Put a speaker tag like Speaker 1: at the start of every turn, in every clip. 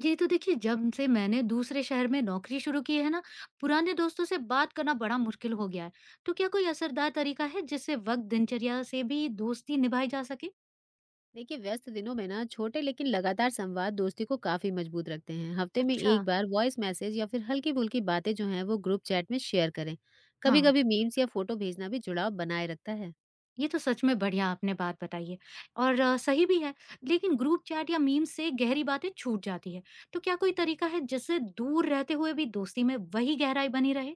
Speaker 1: जी तो देखिए, जब से मैंने दूसरे शहर में नौकरी शुरू की है ना, पुराने दोस्तों से बात करना बड़ा मुश्किल हो गया है। तो क्या कोई असरदार तरीका है जिससे वक्त दिनचर्या से भी दोस्ती निभाई जा सके?
Speaker 2: देखिए, व्यस्त दिनों में ना छोटे लेकिन लगातार संवाद दोस्ती को काफी मजबूत रखते हैं। हफ्ते में एक
Speaker 1: अच्छा।
Speaker 2: बार वॉइस मैसेज या फिर हल्की फुल्की बातें जो हैं वो ग्रुप चैट में शेयर करें। कभी
Speaker 1: हाँ,
Speaker 2: कभी मीम्स या फोटो भेजना भी जुड़ाव बनाए रखता है।
Speaker 1: ये तो सच में बढ़िया आपने बात बताई है और सही भी है। लेकिन ग्रुप चैट या मीम से गहरी बातें छूट जाती है। तो क्या कोई तरीका है जिससे दूर रहते हुए भी दोस्ती में वही गहराई बनी रहे?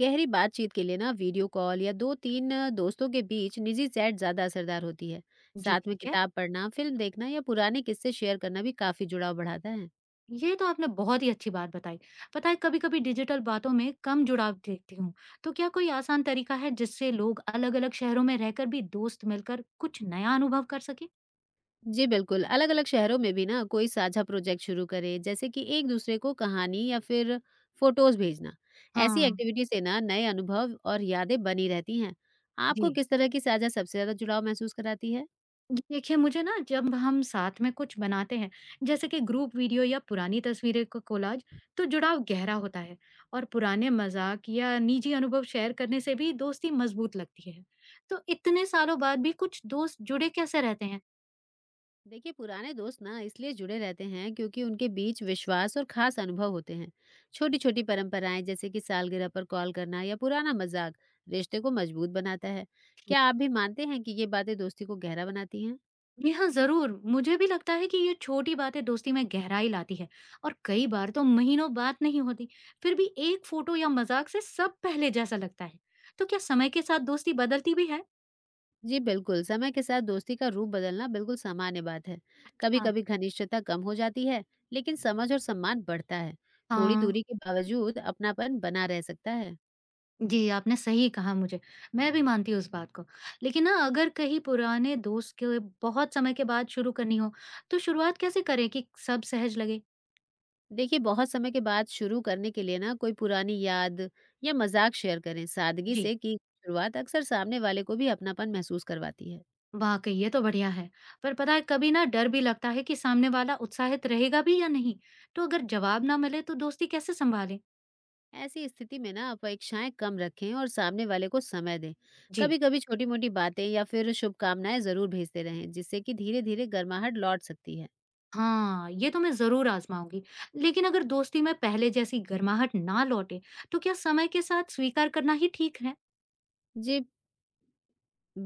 Speaker 2: गहरी बातचीत के लिए ना वीडियो कॉल या दो तीन दोस्तों के बीच निजी चैट ज्यादा असरदार होती है।
Speaker 1: जी
Speaker 2: साथ में
Speaker 1: ठीक है।
Speaker 2: किताब पढ़ना, फिल्म देखना या पुराने किस्से शेयर करना भी काफी जुड़ाव बढ़ाता है।
Speaker 1: ये तो आपने बहुत ही अच्छी बात बताई। पता है, कभी-कभी डिजिटल बातों में कम जुड़ाव देखती हूँ। तो क्या कोई आसान तरीका है जिससे लोग अलग-अलग शहरों में रहकर भी दोस्त मिलकर कुछ नया अनुभव कर सकें?
Speaker 2: जी बिल्कुल, अलग-अलग शहरों में भी ना कोई साझा प्रोजेक्ट शुरू करे, जैसे कि एक दूसरे को कहानी या फिर फोटोज़ भेजना। ऐसी
Speaker 1: हाँ।
Speaker 2: एक्टिविटी से ना नए अनुभव और यादें बनी रहती हैं। आपको
Speaker 1: जी
Speaker 2: किस तरह की साझा सबसे ज़्यादा जुड़ाव महसूस कराती है?
Speaker 1: देखिए, मुझे ना जब हम साथ में कुछ बनाते हैं, जैसे कि ग्रुप वीडियो या पुरानी तस्वीरें का कोलाज, तो जुड़ाव गहरा होता है। और पुराने मजाक या निजी अनुभव शेयर करने से भी दोस्ती मजबूत लगती है। तो इतने सालों बाद भी कुछ दोस्त जुड़े कैसे रहते हैं?
Speaker 2: देखिए, पुराने दोस्त ना इसलिए जुड़े रहते हैं क्योंकि उनके बीच विश्वास और खास अनुभव होते हैं। छोटी-छोटी परंपराएं जैसे कि सालगिरह पर कॉल करना या पुराना मजाक रिश्ते को मजबूत बनाता है। क्या आप भी मानते हैं कि ये बातें दोस्ती को गहरा बनाती हैं?
Speaker 1: जी हाँ, ज़रूर। मुझे भी लगता है कि ये छोटी बातें दोस्ती में गहराई लाती है। और कई बार तो महीनों बात नहीं होती, फिर भी एक फ़ोटो या मज़ाक से सब पहले जैसा लगता है। तो क्या समय के साथ दोस्ती बदलती भी है?
Speaker 2: जी बिल्कुल, समय के साथ दोस्ती का रूप बदलना बिल्कुल सामान्य बात है।
Speaker 1: हाँ,
Speaker 2: कभी-कभी घनिष्ठता कम हो जाती है, लेकिन समझ और सम्मान बढ़ता है। थोड़ी
Speaker 1: हाँ,
Speaker 2: दूरी के बावजूद अपनापन बना रह सकता है।
Speaker 1: जी, आपने सही कहा मुझे। मैं भी मानती हूँ इस बात को। लेकिन ना अगर कहीं पुराने दोस्त के बहुत समय के बाद शुरू करनी हो, तो शुरुआत कैसे करें कि सब सहज लगे?
Speaker 2: देखिए, बहुत समय के बाद शुरू करने के लिए ना कोई पुरानी याद या मजाक शेयर करें। सादगी
Speaker 1: जी।
Speaker 2: से की शुरुआत अक्सर सामने वाले को भी अपनापन महसूस करवाती है।
Speaker 1: वाकई ये तो बढ़िया है। पर पता है, कभी ना डर भी लगता है कि सामने वाला उत्साहित रहेगा भी या नहीं। तो अगर जवाब ना मिले तो दोस्ती कैसे संभाले?
Speaker 2: ऐसी स्थिति में ना अपेक्षाएं कम रखें और सामने वाले को समय दें।
Speaker 1: जी
Speaker 2: कभी-कभी छोटी-मोटी बातें या फिर शुभकामनाएं जरूर भेजते रहें, जिससे कि धीरे-धीरे गर्माहट लौट सकती है।
Speaker 1: हाँ, ये तो मैं जरूर आजमाऊंगी। लेकिन अगर दोस्ती में पहले जैसी गर्माहट ना लौटे, तो क्या समय के साथ स्वीकार करना ही ठीक है?
Speaker 2: जी,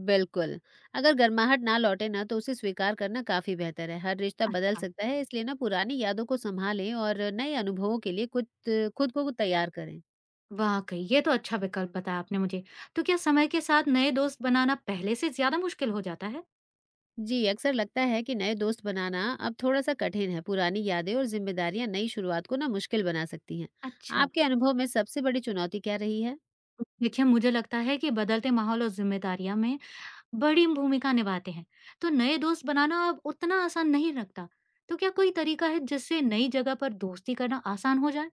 Speaker 2: बिल्कुल। अगर गर्माहट ना लौटे ना तो उसे स्वीकार करना काफ़ी बेहतर है। हर रिश्ता बदल
Speaker 1: अच्छा।
Speaker 2: सकता है, इसलिए ना पुरानी यादों को सँभालें और नए अनुभवों के लिए खुद खुद को तैयार करें।
Speaker 1: वाकई ये तो अच्छा विकल्प बताया आपने मुझे। तो क्या समय के साथ नए दोस्त बनाना पहले से ज्यादा मुश्किल हो जाता है?
Speaker 2: जी, अक्सर लगता है कि नए दोस्त बनाना अब थोड़ा-सा कठिन है। पुरानी यादें और ज़िम्मेदारियाँ नई शुरुआत को ना मुश्किल बना सकती हैं।
Speaker 1: अच्छा।
Speaker 2: आपके अनुभव में सबसे बड़ी चुनौती क्या रही है?
Speaker 1: देखिए, मुझे लगता है कि बदलते माहौल और जिम्मेदारियां में बड़ी भूमिका निभाते हैं। तो नए दोस्त बनाना अब उतना आसान नहीं लगता। तो क्या कोई तरीका है जिससे नई जगह पर दोस्ती करना आसान हो जाए?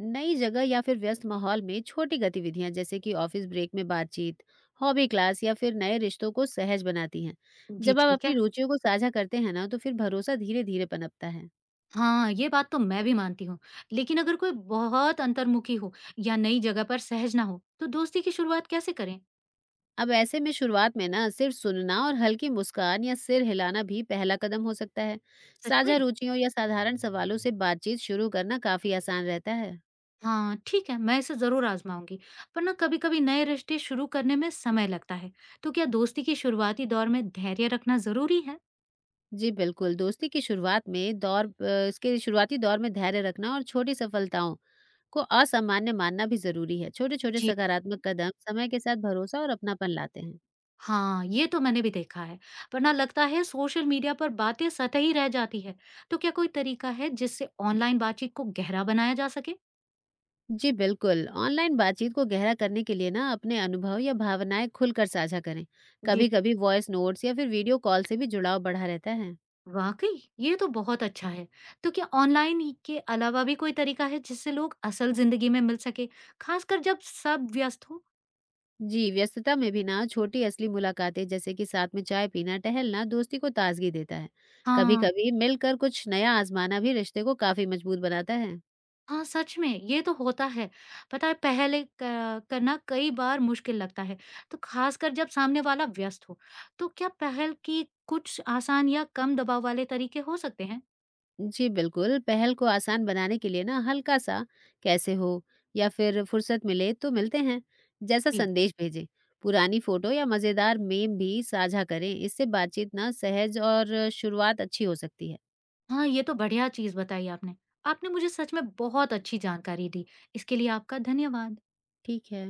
Speaker 2: नई जगह या फिर व्यस्त माहौल में छोटी गतिविधियां जैसे कि ऑफिस ब्रेक में बातचीत, हॉबी क्लास या फिर नए रिश्तों को सहज बनाती हैं।
Speaker 1: जी
Speaker 2: जब आप
Speaker 1: ठीक
Speaker 2: अपनी
Speaker 1: है।
Speaker 2: रुचियों को साझा करते हैं ना तो फिर भरोसा धीरे धीरे पनपता है।
Speaker 1: हाँ, ये बात तो मैं भी मानती हूँ। लेकिन अगर कोई बहुत अंतर्मुखी हो या नई जगह पर सहज ना हो, तो दोस्ती की शुरुआत कैसे करें?
Speaker 2: अब ऐसे में शुरुआत में ना सिर्फ सुनना और हल्की मुस्कान या सिर हिलाना भी पहला कदम हो सकता है।
Speaker 1: सच में।
Speaker 2: साझा रुचियों या साधारण सवालों से बातचीत शुरू करना काफी आसान रहता है।
Speaker 1: हाँ, ठीक है, मैं इसे जरूर आजमाऊंगी। पर ना कभी-कभी नए रिश्ते शुरू करने में समय लगता है। तो क्या दोस्ती की शुरुआती दौर में धैर्य रखना जरूरी है?
Speaker 2: जी बिल्कुल, दोस्ती की शुरुआत में दौर इसके शुरुआती दौर में धैर्य रखना और छोटी सफलताओं को असामान्य मानना भी ज़रूरी है। छोटे-छोटे
Speaker 1: जी।
Speaker 2: सकारात्मक कदम समय के साथ भरोसा और अपनापन लाते हैं।
Speaker 1: हाँ, ये तो मैंने भी देखा है, वरना लगता है सोशल मीडिया पर बातें सतही रह जाती है। तो क्या कोई तरीका है जिससे ऑनलाइन बातचीत को गहरा बनाया जा सके?
Speaker 2: जी बिल्कुल, ऑनलाइन बातचीत को गहरा करने के लिए ना अपने अनुभव या भावनाएँ खुलकर साझा करें।
Speaker 1: जी जी।
Speaker 2: कभी-कभी वॉइस नोट्स या फिर वीडियो कॉल से भी जुड़ाव बढ़ा रहता है।
Speaker 1: वाकई, ये तो बहुत अच्छा है। तो क्या ऑनलाइन ही के अलावा भी कोई तरीका है जिससे लोग असल जिंदगी में मिल सके, खासकर जब सब व्यस्त हो?
Speaker 2: जी, व्यस्तता में भी ना छोटी असली मुलाकातें जैसे कि साथ में चाय पीना, टहलना दोस्ती को ताजगी देता है।
Speaker 1: हाँ।
Speaker 2: कभी-कभी मिलकर कुछ नया आजमाना भी रिश्ते को काफी मजबूत बनाता है।
Speaker 1: हाँ, सच में ये तो होता है। पता है, पहले क करना कई बार मुश्किल लगता है, तो ख़ासकर जब सामने वाला व्यस्त हो। तो क्या पहल की कुछ आसान या कम दबाव वाले तरीके हो सकते हैं?
Speaker 2: जी बिल्कुल, पहल को आसान बनाने के लिए ना हल्का सा कैसे हो या फिर फुर्सत मिले तो मिलते हैं जैसा
Speaker 1: जी।
Speaker 2: संदेश भेजें। पुरानी फोटो या मजेदार मेम भी साझा करें। इससे बातचीत ना सहज और शुरुआत अच्छी हो सकती है।
Speaker 1: हाँ, ये तो बढ़िया चीज़ बताई आपने। आपने मुझे सच में बहुत अच्छी जानकारी दी। इसके लिए आपका धन्यवाद।
Speaker 2: ठीक है।